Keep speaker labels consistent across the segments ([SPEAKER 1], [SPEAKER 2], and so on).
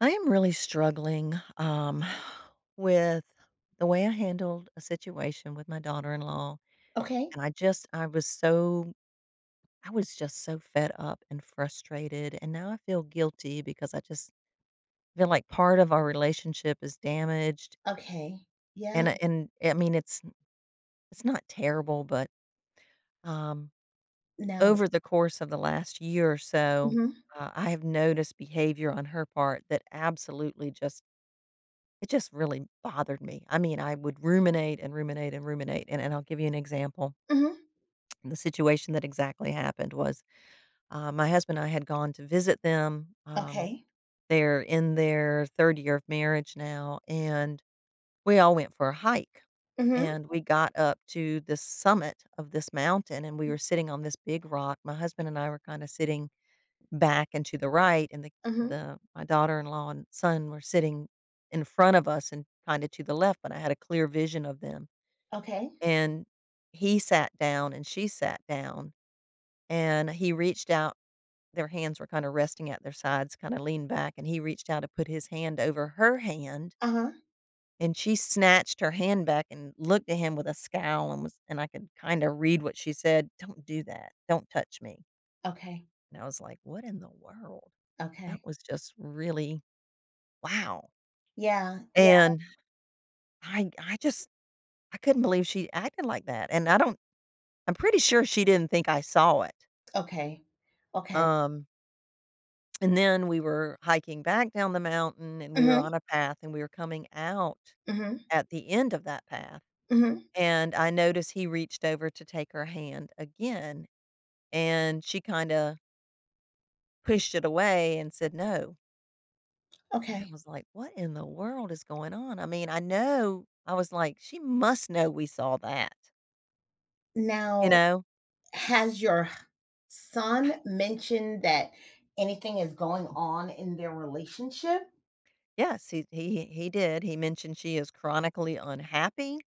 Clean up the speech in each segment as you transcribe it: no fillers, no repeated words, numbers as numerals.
[SPEAKER 1] I am really struggling with the way I handled a situation with my daughter in law.
[SPEAKER 2] Okay,
[SPEAKER 1] And I was I was just so fed up and frustrated. And now I feel guilty because I just feel like part of our relationship is damaged.
[SPEAKER 2] okay, yeah.
[SPEAKER 1] And, I mean, it's not terrible, but um,
[SPEAKER 2] now
[SPEAKER 1] over the course of the last year or so,
[SPEAKER 2] Mhm,
[SPEAKER 1] I have noticed behavior on her part that absolutely just it just really bothered me. I mean, I would ruminate and ruminate and ruminate, and I'll give you an example.
[SPEAKER 2] mhm.
[SPEAKER 1] The situation that exactly happened was, my husband and I had gone to visit them,
[SPEAKER 2] Okay.
[SPEAKER 1] they're in their 3rd year of marriage now, and we all went for a hike,
[SPEAKER 2] Mhm,
[SPEAKER 1] and we got up to the summit of this mountain, and we were sitting on this big rock. My husband and I were kinda sitting back and to the right, and the
[SPEAKER 2] mhm.
[SPEAKER 1] the my daughter-in-law and son were sitting in front of us and kinda to the left, but I had a clear vision of them,
[SPEAKER 2] Okay.
[SPEAKER 1] and he sat down and she sat down, and he reached out their hands were kinda resting at their sides, kinda leaned back, and he reached out to put his hand over her hand,
[SPEAKER 2] Uh-huh.
[SPEAKER 1] and she snatched her hand back and looked at him with a scowl and I could kinda read what she said, "Don't do that. Don't touch me."
[SPEAKER 2] Okay,
[SPEAKER 1] And I was like, "What in the world?" That
[SPEAKER 2] okay.
[SPEAKER 1] was just really wow.
[SPEAKER 2] Yeah, yeah,
[SPEAKER 1] And I just I couldn't believe she acted like that, and I'm pretty sure she didn't think I saw it.
[SPEAKER 2] okay, okay.
[SPEAKER 1] Um, and then we were hiking back down the mountain, and we were
[SPEAKER 2] Mhm,
[SPEAKER 1] on a path, and we were coming out
[SPEAKER 2] mhm,
[SPEAKER 1] at the end of that path,
[SPEAKER 2] mhm.
[SPEAKER 1] and I noticed he reached over to take her hand again, and she kinda pushed it away and said, "No." And I
[SPEAKER 2] Okay.
[SPEAKER 1] was like, "What in the world is going on?" I mean, I know I was like, "She must know we saw that." You
[SPEAKER 2] Now,
[SPEAKER 1] know?
[SPEAKER 2] has your h son mentioned that anything is going on in their relationship?
[SPEAKER 1] Yes, he did. He mentioned she is chronically unhappy,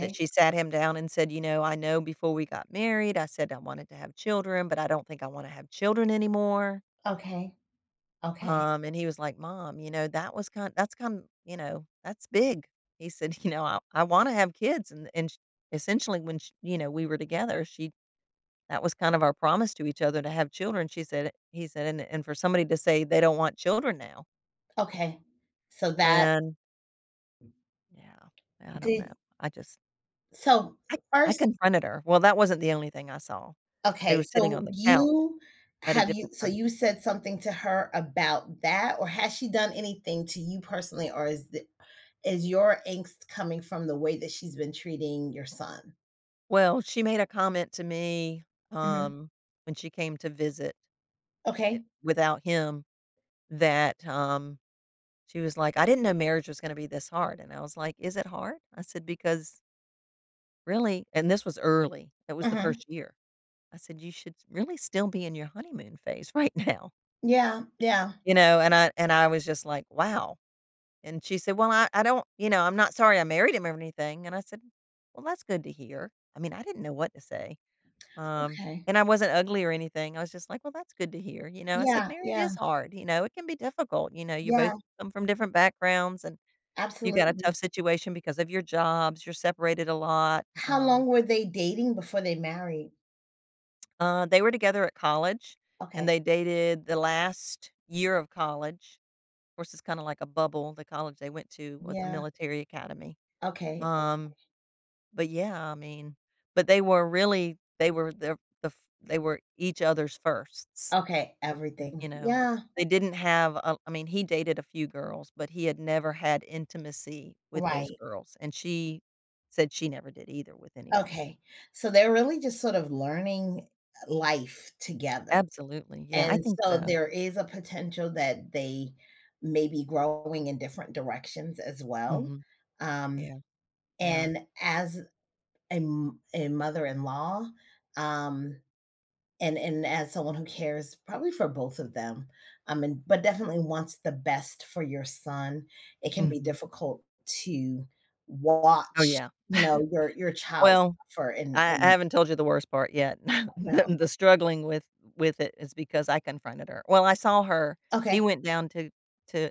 [SPEAKER 1] that she sat him down and said, "You know, I know before we got married, I said I wanted to have children, but I don't think I wanna have children anymore."
[SPEAKER 2] okay, okay,
[SPEAKER 1] And he was like, "Mom, you know, that's that's big." He said, "You know, I wanna have kids," and sh essentially, when sh you know, we were together, she that was kind of our promise to each other to have children. She said He said, "And for somebody to say they don't want children now."
[SPEAKER 2] okay. So that
[SPEAKER 1] And yeah, I don't know.
[SPEAKER 2] did
[SPEAKER 1] I just
[SPEAKER 2] so
[SPEAKER 1] I I
[SPEAKER 2] first
[SPEAKER 1] confronted her. Well, that wasn't the only thing I saw. They
[SPEAKER 2] Okay,
[SPEAKER 1] were sitting on the couch at a different
[SPEAKER 2] so
[SPEAKER 1] time.
[SPEAKER 2] you said something to her about that, or has she done anything to you personally, or is your angst coming from the way that she's been treating your son?
[SPEAKER 1] Well, she made a comment to me,
[SPEAKER 2] Mhm.
[SPEAKER 1] um, when she came to visit it
[SPEAKER 2] Okay,
[SPEAKER 1] without him that, she was like, "I didn't know marriage was gonna be this hard," and I was like, "Is it hard?" I said, "Because really" and this was early, it was the
[SPEAKER 2] mhm.
[SPEAKER 1] 1st year. I said, "You should really still be in your honeymoon phase right now,"
[SPEAKER 2] Yeah, yeah.
[SPEAKER 1] you know, and I was just like, "Wow." And she said, "Well, I don't you know, I'm not sorry I married him or anything." And I said, "Well, that's good to hear." I mean, I didn't know what to say. Um,
[SPEAKER 2] Okay.
[SPEAKER 1] and I wasn't ugly or anything. I was just like, "Well, that's good to hear." You know, I said,
[SPEAKER 2] Yeah,
[SPEAKER 1] "Marriage
[SPEAKER 2] yeah,
[SPEAKER 1] is hard, you know, it can be difficult, you know, you both
[SPEAKER 2] yeah,
[SPEAKER 1] come from different backgrounds and you got a tough
[SPEAKER 2] absolutely.
[SPEAKER 1] situation because of your jobs, you're separated a lot."
[SPEAKER 2] How long were they dating before they married?
[SPEAKER 1] They were together at college and
[SPEAKER 2] Okay,
[SPEAKER 1] they dated the last year of college. Of course, it's kinda like a bubble. The college they went to was a
[SPEAKER 2] yeah,
[SPEAKER 1] military academy.
[SPEAKER 2] okay,
[SPEAKER 1] Um But yeah, I mean, but they were really they were they were each other's firsts.
[SPEAKER 2] okay,
[SPEAKER 1] If if,
[SPEAKER 2] everything.
[SPEAKER 1] you know,
[SPEAKER 2] Yeah,
[SPEAKER 1] they didn't have a I mean, he dated a few girls, but he had never had intimacy with those
[SPEAKER 2] right.
[SPEAKER 1] girls, and she said she never did either with anyone.
[SPEAKER 2] Okay. So they're really just sort of learning life together.
[SPEAKER 1] Absolutely, yeah, I
[SPEAKER 2] And
[SPEAKER 1] think
[SPEAKER 2] so
[SPEAKER 1] so.
[SPEAKER 2] there is a potential that they may be growing in different directions as well.
[SPEAKER 1] Mhm,
[SPEAKER 2] Um,
[SPEAKER 1] yeah, yeah,
[SPEAKER 2] and as a mother-in-law, um, and as someone who cares probably for both of them, and but definitely wants the best for your son, it can be
[SPEAKER 1] mhm.
[SPEAKER 2] difficult to
[SPEAKER 1] Oh,
[SPEAKER 2] watch,
[SPEAKER 1] yeah.
[SPEAKER 2] your child
[SPEAKER 1] Well,
[SPEAKER 2] suffer
[SPEAKER 1] I
[SPEAKER 2] and
[SPEAKER 1] haven't told you the worst part yet. The struggling with it is because I confronted her. Well, I saw her. He
[SPEAKER 2] Okay,
[SPEAKER 1] went down to to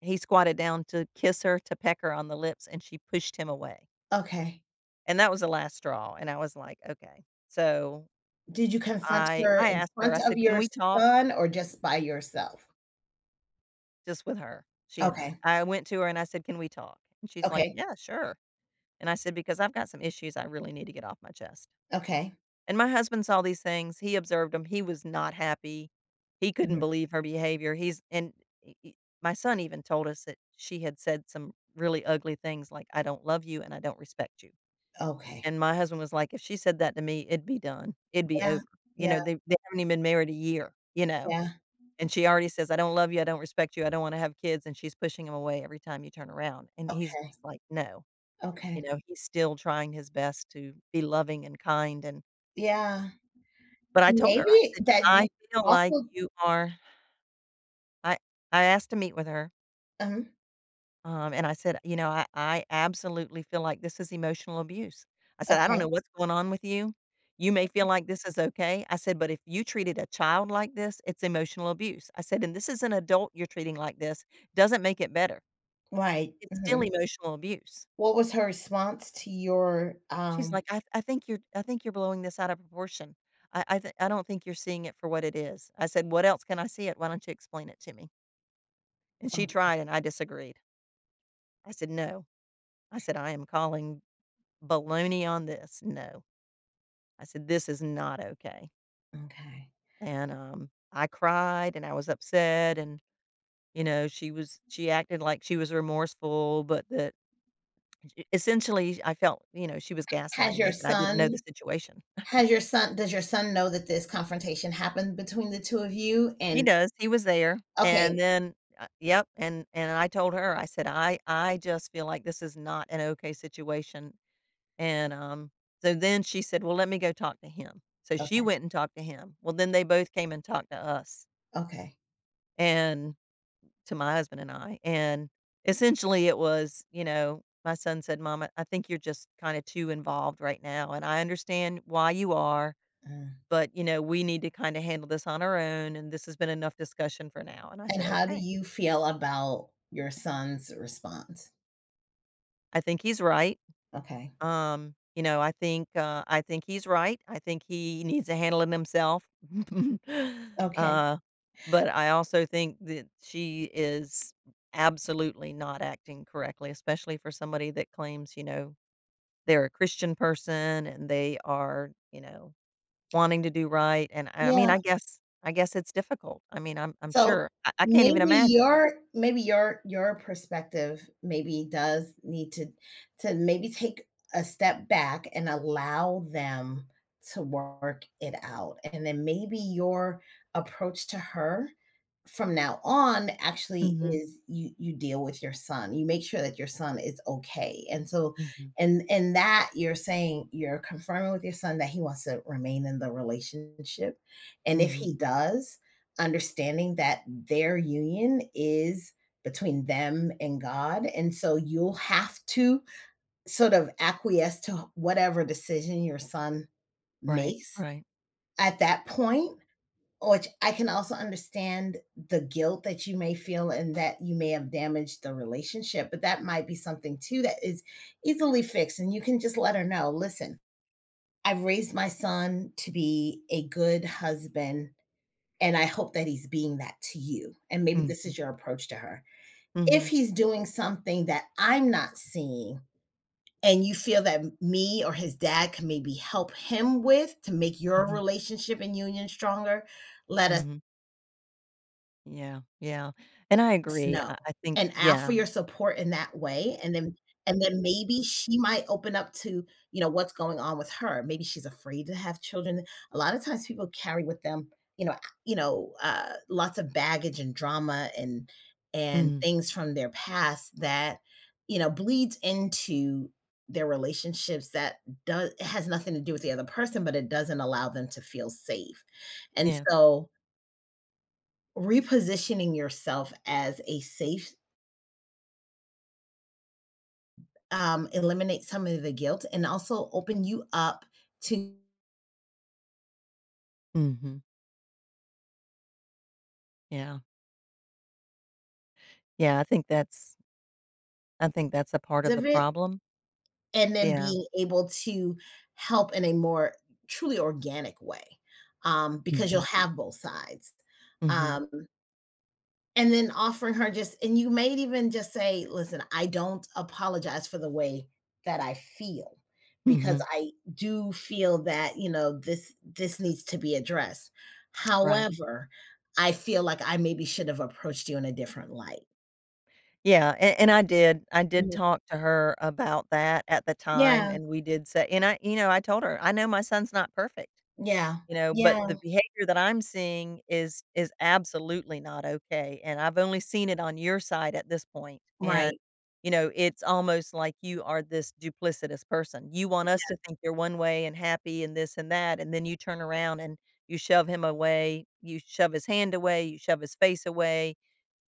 [SPEAKER 1] He squatted down to kiss her, to peck her on the lips, and she pushed him away,
[SPEAKER 2] okay.
[SPEAKER 1] and that was the last straw, and I was like, "Okay." So,
[SPEAKER 2] Did you confront her
[SPEAKER 1] I
[SPEAKER 2] in
[SPEAKER 1] asked her,
[SPEAKER 2] front
[SPEAKER 1] I
[SPEAKER 2] of
[SPEAKER 1] said, "Can
[SPEAKER 2] your
[SPEAKER 1] we talk?"
[SPEAKER 2] son or just by yourself?
[SPEAKER 1] Just with her, she and I.
[SPEAKER 2] Okay,
[SPEAKER 1] I went to her and I said, "Can we talk?" And she's like,
[SPEAKER 2] okay,
[SPEAKER 1] "Yeah, sure." And I said, "Because I've got some issues I really need to get off my chest."
[SPEAKER 2] okay,
[SPEAKER 1] And my husband saw these things, he observed them. He was not happy, he couldn't
[SPEAKER 2] mhm,
[SPEAKER 1] believe her behavior, he's and e e my son even told us that she had said some really ugly things like, "I don't love you and I don't respect you."
[SPEAKER 2] okay.
[SPEAKER 1] And my husband was like, "If she said that to me, it'd be done. It'd be
[SPEAKER 2] Yeah,
[SPEAKER 1] over." You know,
[SPEAKER 2] yeah,
[SPEAKER 1] they haven't even been married a year, you know,
[SPEAKER 2] yeah,
[SPEAKER 1] and she already says, "I don't love you, I don't respect you, I don't wanna have kids," and she's pushing him away every time you turn around, and he's
[SPEAKER 2] okay,
[SPEAKER 1] just like, "No." You
[SPEAKER 2] okay,
[SPEAKER 1] know, he's still trying his best to be loving and kind and
[SPEAKER 2] yeah.
[SPEAKER 1] but I told her, I
[SPEAKER 2] Maybe
[SPEAKER 1] said,
[SPEAKER 2] that
[SPEAKER 1] "I
[SPEAKER 2] you
[SPEAKER 1] feel like
[SPEAKER 2] also
[SPEAKER 1] you are" I I asked to meet with her.
[SPEAKER 2] Mhm,
[SPEAKER 1] And I said, "You know, I absolutely feel like this is emotional abuse." I said, "I don't know
[SPEAKER 2] okay,
[SPEAKER 1] what's going on with you. You may feel like this is okay." I said, "But if you treated a child like this, it's emotional abuse." I said, "And this is an adult you're treating like this. Doesn't make it better.
[SPEAKER 2] right,
[SPEAKER 1] It's still
[SPEAKER 2] mhm.
[SPEAKER 1] emotional abuse."
[SPEAKER 2] What was her response to your,
[SPEAKER 1] She's like, "I think you're I think you're blowing this out of proportion. I don't think you're seeing it for what it is." I said, "What else can I see it? Why don't you explain it to me?" And she
[SPEAKER 2] okay,
[SPEAKER 1] tried and I disagreed. I said, "No." I said, "I am calling baloney on this, no." I said, "This is not okay."
[SPEAKER 2] okay.
[SPEAKER 1] And, I cried and I was upset and, you know, she acted like she was remorseful, but that e essentially, I felt, you know, she was
[SPEAKER 2] Has
[SPEAKER 1] gaslighting
[SPEAKER 2] your
[SPEAKER 1] me that I didn't know the
[SPEAKER 2] son
[SPEAKER 1] situation.
[SPEAKER 2] has your son does your son know that this confrontation happened between the 2 of you?
[SPEAKER 1] He
[SPEAKER 2] And
[SPEAKER 1] does, he was there,
[SPEAKER 2] Okay,
[SPEAKER 1] and then yep, and I told her, I said, I just feel like this is not an okay situation." And, so then she said, "Well, let me go talk to him." So she
[SPEAKER 2] okay,
[SPEAKER 1] went and talked to him. Well, then they both came and talked to us.
[SPEAKER 2] okay,
[SPEAKER 1] And to my husband and I, and essentially it was, you know, my son said, "Mom, I think you're just kinda too involved right now, and I understand why you are,
[SPEAKER 2] uh
[SPEAKER 1] but, you know, we need to kinda handle this on our own, and this has been enough discussion for now." And I
[SPEAKER 2] and
[SPEAKER 1] said,
[SPEAKER 2] how do
[SPEAKER 1] "Okay."
[SPEAKER 2] you feel about your son's response?
[SPEAKER 1] I think he's right.
[SPEAKER 2] Okay.
[SPEAKER 1] You know, I think he's right. I think he needs to handle it himself.
[SPEAKER 2] Okay.
[SPEAKER 1] uh, but I also think that she is absolutely not acting correctly, especially for somebody that claims, you know, they're a Christian person and they are, you know, wanting to do right. And I mean,
[SPEAKER 2] Yeah.
[SPEAKER 1] I guess it's difficult. I mean, I'm
[SPEAKER 2] So
[SPEAKER 1] sure. I can't even
[SPEAKER 2] maybe
[SPEAKER 1] imagine though.
[SPEAKER 2] your maybe your your perspective maybe does need to maybe take a step back and allow them to work it out. And then maybe your approach to her from now on actually
[SPEAKER 1] Mm-hmm.
[SPEAKER 2] is you you deal with your son. You make sure that your son is okay. And so
[SPEAKER 1] Mm-hmm.
[SPEAKER 2] and that you're saying, you're confirming with your son that he wants to remain in the relationship. And if
[SPEAKER 1] Mm-hmm.
[SPEAKER 2] he does, understanding that their union is between them and God. And so you'll have to sort of acquiesce to whatever decision your son
[SPEAKER 1] Right.
[SPEAKER 2] makes
[SPEAKER 1] Right.
[SPEAKER 2] at that point, which I can also understand the guilt that you may feel and that you may have damaged the relationship, but that might be something too that is easily fixed. And you can just let her know, listen, I've raised my son to be a good husband and I hope that he's being that to you. And maybe this
[SPEAKER 1] Mm-hmm.
[SPEAKER 2] is your approach to her.
[SPEAKER 1] Mm-hmm.
[SPEAKER 2] If he's doing something that I'm not seeing, and you feel that me or his dad can maybe help him with to make your
[SPEAKER 1] Mm-hmm.
[SPEAKER 2] relationship and union stronger, let us
[SPEAKER 1] Mm-hmm. Yeah, yeah, and I
[SPEAKER 2] us
[SPEAKER 1] agree.
[SPEAKER 2] know
[SPEAKER 1] I think
[SPEAKER 2] and ask for
[SPEAKER 1] yeah.
[SPEAKER 2] your support in that way. And then and then maybe she might open up to what's going on with her. Maybe she's afraid to have children. A lot of times people carry with them, lots of baggage and drama and
[SPEAKER 1] Mm,
[SPEAKER 2] things from their past that bleeds into their relationships that does it has nothing to do with the other person, but it doesn't allow them to feel safe. And
[SPEAKER 1] yeah.
[SPEAKER 2] so repositioning yourself as a safe, eliminate some of the guilt and also open you up to
[SPEAKER 1] Mhm. Yeah. Yeah, I think that's I think that's a part of the
[SPEAKER 2] of it,
[SPEAKER 1] problem.
[SPEAKER 2] and then
[SPEAKER 1] Yeah.
[SPEAKER 2] being able to help in a more truly organic way, because you'll
[SPEAKER 1] Mhm.
[SPEAKER 2] have both sides.
[SPEAKER 1] Mhm.
[SPEAKER 2] Um, and then offering her, just, and you may even just say, listen, I don't apologize for the way that I feel because
[SPEAKER 1] Mhm.
[SPEAKER 2] I do feel that, this needs to be addressed.
[SPEAKER 1] Right.
[SPEAKER 2] However, I feel like I maybe should have approached you in a different light.
[SPEAKER 1] Yeah, and I did
[SPEAKER 2] Mhm.
[SPEAKER 1] talk to her about that at the time,
[SPEAKER 2] Yeah,
[SPEAKER 1] and we did say and I you know, I told her, "I know my son's not perfect."
[SPEAKER 2] yeah,
[SPEAKER 1] You know, but
[SPEAKER 2] yeah,
[SPEAKER 1] the behavior that I'm seeing is absolutely not okay, and I've only seen it on your side at this point, point. And,
[SPEAKER 2] right.
[SPEAKER 1] you know, it's almost like you are this duplicitous person. You want us to think you're one way and happy and this and that, and then you turn around and you shove him away, you shove his hand away, you shove his face away,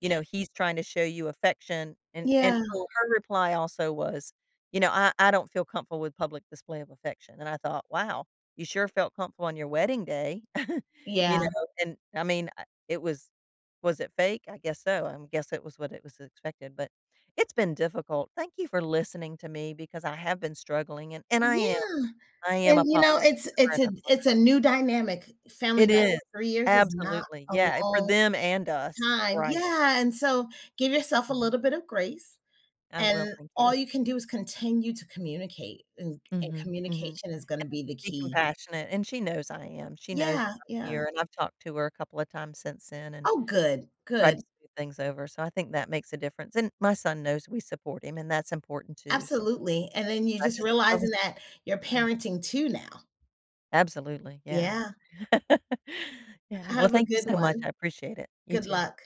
[SPEAKER 1] you know, he's trying to show you affection, and
[SPEAKER 2] Yeah,
[SPEAKER 1] so her reply also was, you know, "I don't feel comfortable with public display of affection," and I thought, "Wow, you sure felt comfortable on your wedding day." You
[SPEAKER 2] yeah,
[SPEAKER 1] know, and I mean, I it was it fake? I guess so, I guess it was what it was expected, but it's been difficult. Thank you for listening to me because I have been struggling, and I am.
[SPEAKER 2] yeah.
[SPEAKER 1] I am a
[SPEAKER 2] and, you
[SPEAKER 1] pot
[SPEAKER 2] know, it's
[SPEAKER 1] and
[SPEAKER 2] it's a
[SPEAKER 1] a pot
[SPEAKER 2] it's a new dynamic, family
[SPEAKER 1] It is.
[SPEAKER 2] dynamic. 3 years is not
[SPEAKER 1] Absolutely,
[SPEAKER 2] a
[SPEAKER 1] yeah, for
[SPEAKER 2] long
[SPEAKER 1] them and us,
[SPEAKER 2] time.
[SPEAKER 1] right.
[SPEAKER 2] Yeah, and so give yourself a
[SPEAKER 1] Mhm.
[SPEAKER 2] little bit of grace,
[SPEAKER 1] I will,
[SPEAKER 2] and
[SPEAKER 1] thank you.
[SPEAKER 2] all you can do is continue to communicate, and
[SPEAKER 1] Mhm, mhm.
[SPEAKER 2] communication is gonna be the
[SPEAKER 1] Be
[SPEAKER 2] key.
[SPEAKER 1] compassionate, and she knows I am. She knows that
[SPEAKER 2] Yeah,
[SPEAKER 1] I'm
[SPEAKER 2] yeah.
[SPEAKER 1] here, and I've talked to her a couple of times since then and
[SPEAKER 2] Oh, good,
[SPEAKER 1] tried
[SPEAKER 2] good,
[SPEAKER 1] to smooth things over, so I think that makes a difference, and my son knows we support him, and that's important too, so
[SPEAKER 2] absolutely, and then you're
[SPEAKER 1] I
[SPEAKER 2] just
[SPEAKER 1] just I was
[SPEAKER 2] realizing that you're
[SPEAKER 1] yeah,
[SPEAKER 2] parenting too now.
[SPEAKER 1] absolutely, yeah.
[SPEAKER 2] Yeah,
[SPEAKER 1] Yeah, well,
[SPEAKER 2] have a
[SPEAKER 1] thank you
[SPEAKER 2] good
[SPEAKER 1] so much, I
[SPEAKER 2] one.
[SPEAKER 1] appreciate it. You
[SPEAKER 2] Good
[SPEAKER 1] too.
[SPEAKER 2] luck.